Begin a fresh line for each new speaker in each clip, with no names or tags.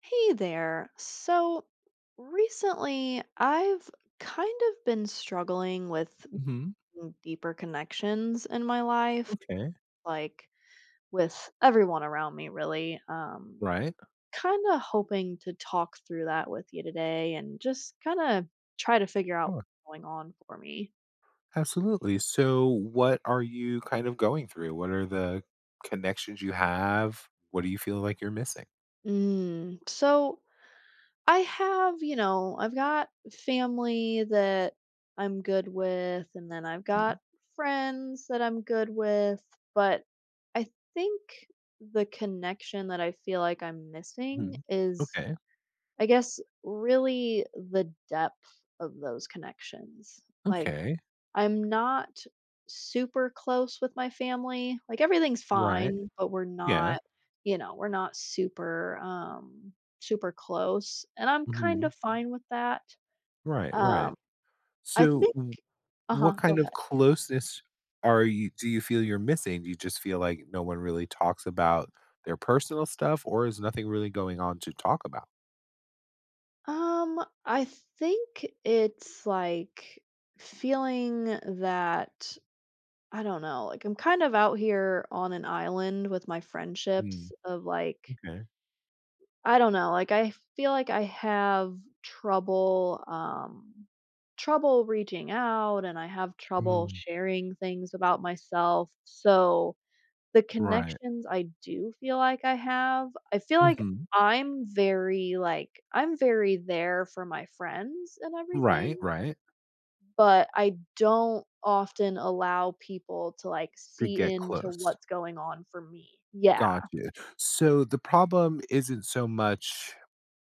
Hey there. So recently, I've kind of been struggling with
Mhm.
making deeper connections in my life,
Okay.
like with everyone around me, really.
Right.
Kind of hoping to talk through that with you today and just kind of try to figure out
Sure.
what's going on for me.
Absolutely. So, what are you kind of going through? What are the connections you have? What do you feel like you're missing?
So I have, you know, I've got family that I'm good with, and then I've got
Mhm.
friends that I'm good with, but I think the connection that I feel like I'm missing
Mhm.
is,
Okay.
I guess, really the depth of those connections. Like,
Okay.
I'm not super close with my family. Like, everything's
Right.
fine, but we're
Yeah.
not, you know, we're not super, super close, and I'm kind
Mhm.
of fine with that.
Right. Right.
Um, I
So,
think
w-
Uh-huh,
what
go
kind of
ahead.
closeness are you? Do you feel you're missing? Do you just feel like no one really talks about their personal stuff, or is nothing really going on to talk about?
I think it's, like, feeling that I don't know, like, I'm kind of out here on an island with my friendships
Mm,
of, like
okay.
I don't know, like, I feel like I have trouble, trouble reaching out, and I have trouble
Mm,
sharing things about myself, so the
right.
connections I do feel like I have, I feel
Hmm.
like I'm very there for my friends and
Right.
everything,
Right.
but I don't often allow people to, like,
To
see
get
into
close.
what's going on for me. Yeah.
Gotcha. So the problem isn't so much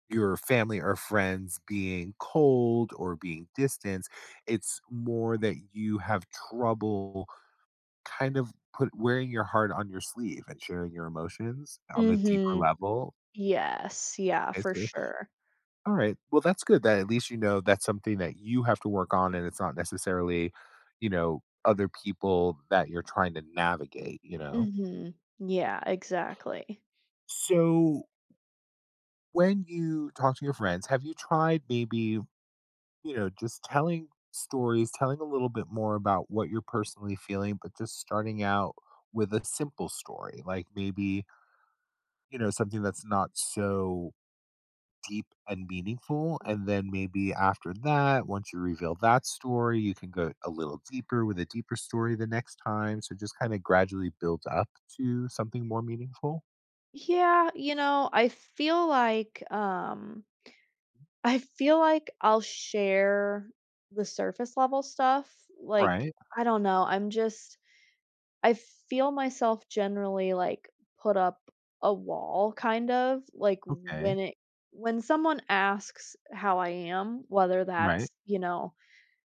your family or friends being cold or being distant, it's more that you have trouble kind of put wearing your heart on your sleeve and sharing your emotions on a deeper
Mhm.
level.
Yes, yeah,
Okay,
for
so
sure.
alright, well, that's good that at least you know that's something that you have to work on and it's not necessarily, you know, other people that you're trying to navigate, you know?
Mhm. Yeah, exactly.
So when you talk to your friends, have you tried maybe, you know, just telling stories, telling a little bit more about what you're personally feeling, but just starting out with a simple story, like maybe, you know, something that's not so deep and meaningful. And then maybe after that, once you reveal that story, you can go a little deeper with a deeper story the next time. So just kind of gradually build up to something more meaningful.
Yeah, I feel like I feel like I'll share the surface level stuff. Like,
Right.
I don't know, I'm just I feel myself generally like put up a wall kind of like when
Okay.
it when someone asks how I am, whether that's,
Right.
you know,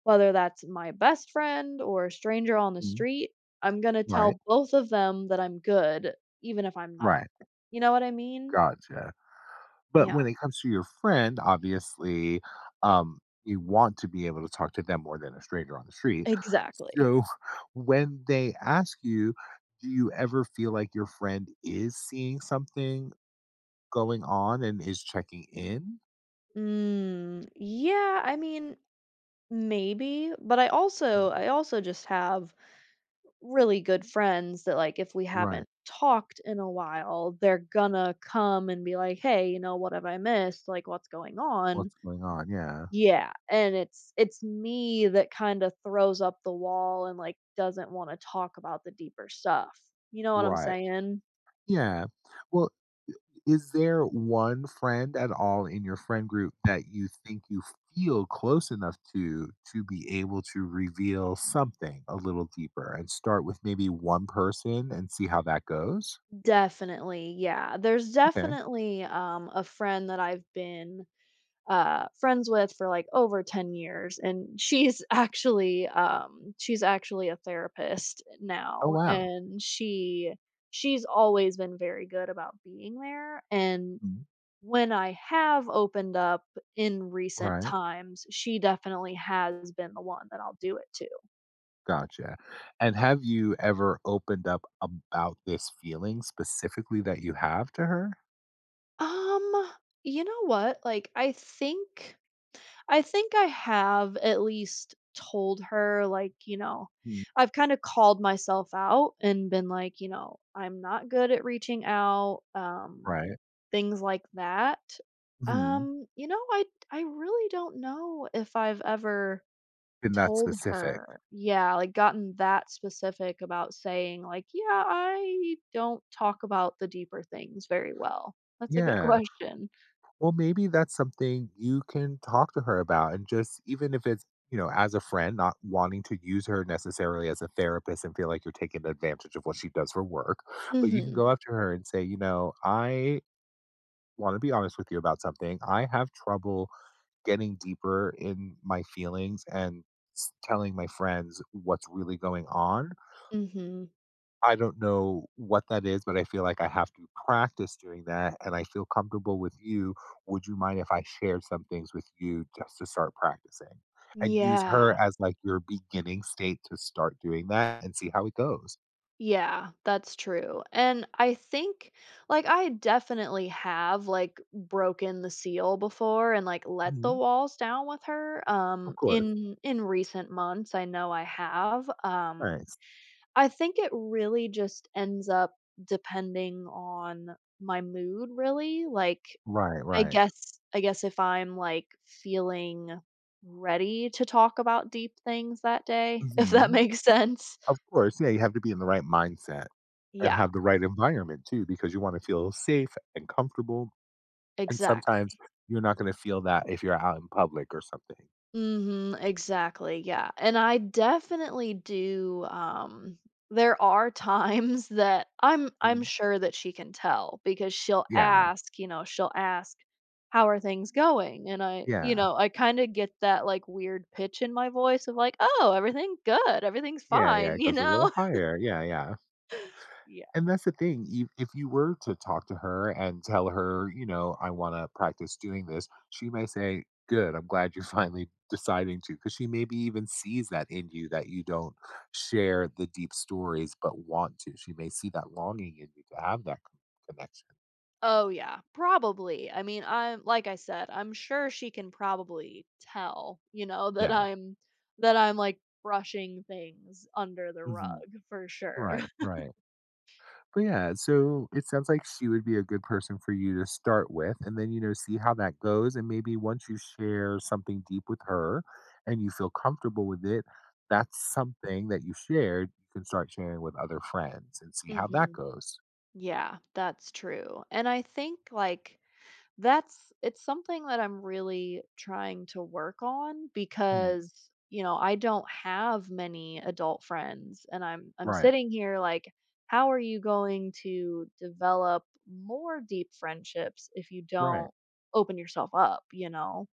whether that's my best friend or a stranger on the
Mm.
street, I'm gonna
Right.
tell both of them that I'm good, even if I'm not.
Right.
You know what I mean?
Gotcha. But
Yeah,
when it comes to your friend, obviously, you want to be able to talk to them more than a stranger on the street.
exactly.
So when they ask you, do you ever feel like your friend is seeing something going on and is checking in?
Mm, yeah, I mean, maybe, but I also just have really good friends that like if we
Right.
haven't talked in a while, they're gonna come and be like, "Hey, you know, what have I missed? Like what's going on?"
What's going on? Yeah.
Yeah, and it's me that kinda throws up the wall and, like, doesn't wanna talk about the deeper stuff. You know what I'm
Right.
saying?
Yeah. Well, is there one friend at all in your friend group that you think you feel close enough to be able to reveal something a little deeper and start with maybe one person and see how that goes?
Definitely, yeah. There's
Okay.
definitely, a friend that I've been, friends with for, like, over 10 years, and she's actually, she's actually a therapist
Oh,
now,
wow.
and she's always been very good about being there, and
Mhm.
when I have opened up in recent
Right.
times, she definitely has been the one that I'll do it to.
Gotcha. And have you ever opened up about this feeling specifically that you have to her?
Um, you know what? Like I think I have at least told her like, you know,
Mm.
I've kind of called myself out and been like, you know, I'm not good at reaching out,
Right.
things like that.
Hmm.
You know, I really don't know if I've ever
Been that
told
specific.
her. Yeah, like, gotten that specific about saying, like, "Yeah, I don't talk about the deeper things very well." That's a good
Yeah.
question.
Well, maybe that's something you can talk to her about and just even if it's, you know, as a friend, not wanting to use her necessarily as a therapist and feel like you're taking advantage of what she does for work, but you can
Mhm,
go up to her and say, you know, I want to be honest with you about something. I have trouble getting deeper in my feelings and telling my friends what's really going on.
mhm.
I don't know what that is, but I feel like I have to practice doing that, and I feel comfortable with you. Would you mind if I shared some things with you just to start practicing? And use her
Yeah,
as like your beginning state to start doing that and see how it goes.
yeah, that's true, and I think like, I definitely have, like, broken the seal before and, like, let the
Mhm.
walls down with her,
Of course.
in recent months, I know I have,
Nice.
I think it really just ends up depending on my mood, really. Like,
Right,
I
right.
guess I guess if I'm, like, feeling ready to talk about deep things that day, if that
Mhm.
makes sense.
Of course. Yeah, you have to be in the right mindset and
Yeah,
have the right environment too, because you wanna feel safe and comfortable, and sometimes
exactly.
you're not gonna feel that if you're out in public or something.
Mhm, exactly, yeah, and I definitely do, there are times that I'm
Mhm.
sure that she can tell because she'll
Yeah.
ask, you know, she'll ask, "How are things going?" And I you
Yeah.
know, I kinda get that, like, weird pitch in my voice of like, "Oh, everything good, everything's
Yeah, yeah,
fine,"
it
you
goes a little
know?
higher. Yeah, yeah.
Yeah.
And that's the thing, if you were to talk to her and tell her, you know, "I wanna practice doing this," she may say, "Good, I'm glad you're finally deciding to." Because she maybe even sees that in you that you don't share the deep stories but want to. She may see that longing in you to have that c connection.
Oh, yeah, probably. I mean, I'm like I said, I'm sure she can probably tell, you know, that
Yeah.
I'm that I'm like brushing things under the rug
Mhm.
for sure.
Right, right. But yeah, so it sounds like she would be a good person for you to start with and then, you know, see how that goes. And maybe once you share something deep with her and you feel comfortable with it, that's something that you shared. You can start sharing with other friends and see how that
Mhm.
goes.
Yeah, that's true. And I think like that's it's something that I'm really trying to work on
Mm,
because, you know, I don't have many adult friends and I'm
right,
sitting here like, how are you going to develop more deep friendships if you
right.
don't open yourself up, you know?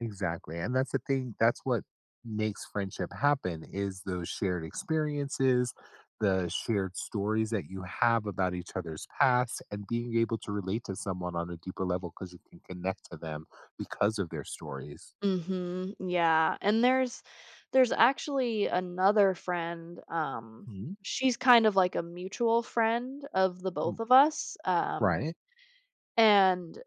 Exactly, and that's the thing, that's what makes friendship happen is those shared experiences, the shared stories that you have about each other's past, and being able to relate to someone on a deeper level because you can connect to them because of their stories.
Mhm. Yeah, and there's actually another friend.
Mhm,
She's kind of like a mutual friend of the
mm,
both of us.
right,
And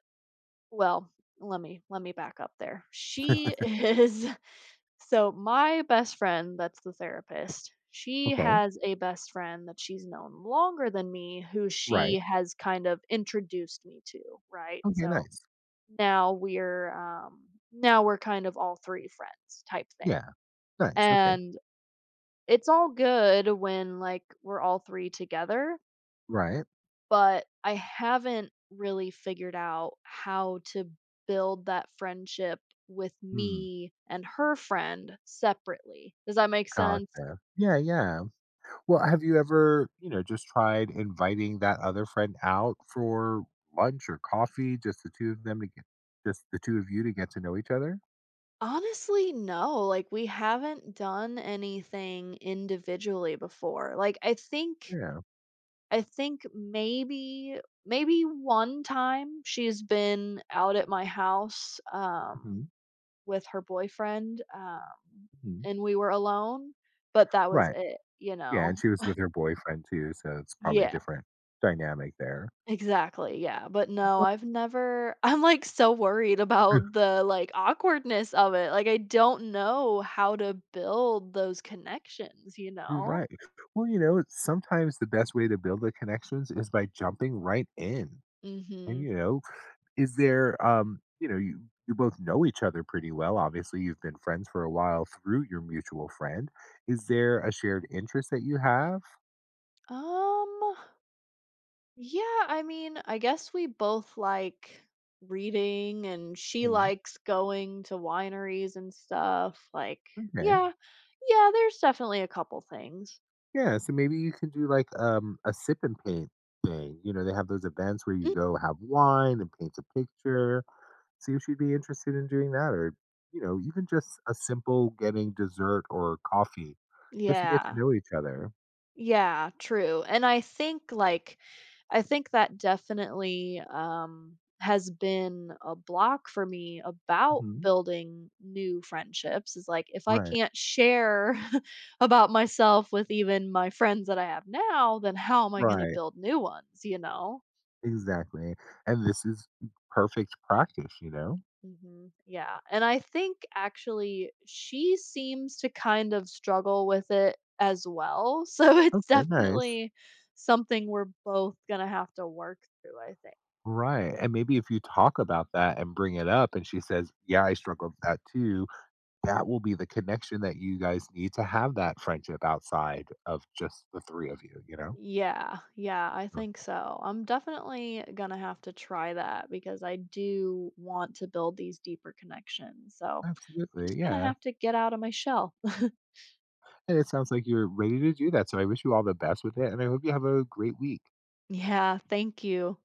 Well, let me back up there. She is so my best friend that's the therapist, she
okay,
has a best friend that she's known longer than me who
right,
she has kind of introduced me to, right?
okay,
So
nice,
now we're um now we're kind of all three friends type thing.
yeah, nice, okay,
And it's all good when like we're all three together,
right,
but I haven't really figured out how to build that friendship with
mm,
me and her friend separately. Does that make sense?
gotcha, yeah, yeah. Well, have you ever, you know, just tried inviting that other friend out for lunch or coffee, just the two of you to get to know each other?
Honestly, no. Like, we haven't done anything individually before. Like,
Yeah,
I think maybe, maybe one time she's been out at my house
mhm,
with her boyfriend
mhm.
and we were alone, but that was
Right.
it, you
Yeah, and
know?
she was with her boyfriend too, so it's probably a
Yeah,
different dynamic there.
exactly, yeah, but no, I've never I'm, like, so worried about the, like, awkwardness of it, like, I don't know how to build those connections, you know?
Right. Well, you know, sometimes the best way to build the connections is by jumping right in and,
Mhm.
you know, is there, you know, you both know each other pretty well. Obviously, you've been friends for a while through your mutual friend. Is there a shared interest that you have?
Um, yeah, I mean, I guess we both like reading, and she
Mm,
likes going to wineries and stuff, like
okay.
yeah, yeah, there's definitely a couple things.
Yeah. So maybe you can do like a sip and paint thing. You know, they have those events where
Mm,
you go have wine and paint a picture. See if she'd be interested in doing that, or you know, even just a simple getting dessert or coffee, just to get to
yeah.
know each other.
Yeah, true, and I think, like I think that definitely, has been a block for me about
Hmm.
building new friendships is, like, if I
Right.
can't share about myself with even my friends that I have now, then how am I gonna
Right.
build new ones, you know?
Exactly, and this is perfect practice, you know?
Hmm. Yeah. And I think actually she seems to kind of struggle with it as well. So it's
Okay, nice.
definitely something we're both going to have to work through, I think.
Right, and maybe if you talk about that and bring it up and she says, "Yeah, I struggled with that too," that will be the connection that you guys need to have that friendship outside of just the three of you, you know?
Yeah. Yeah. I
So
think so. I'm definitely going to have to try that because I do want to build these deeper connections. So
absolutely,
just going to
yeah,
have to get out of my shell.
and it sounds like you're ready to do that, so I wish you all the best with it, and I hope you have a great week.
Yeah. Thank you.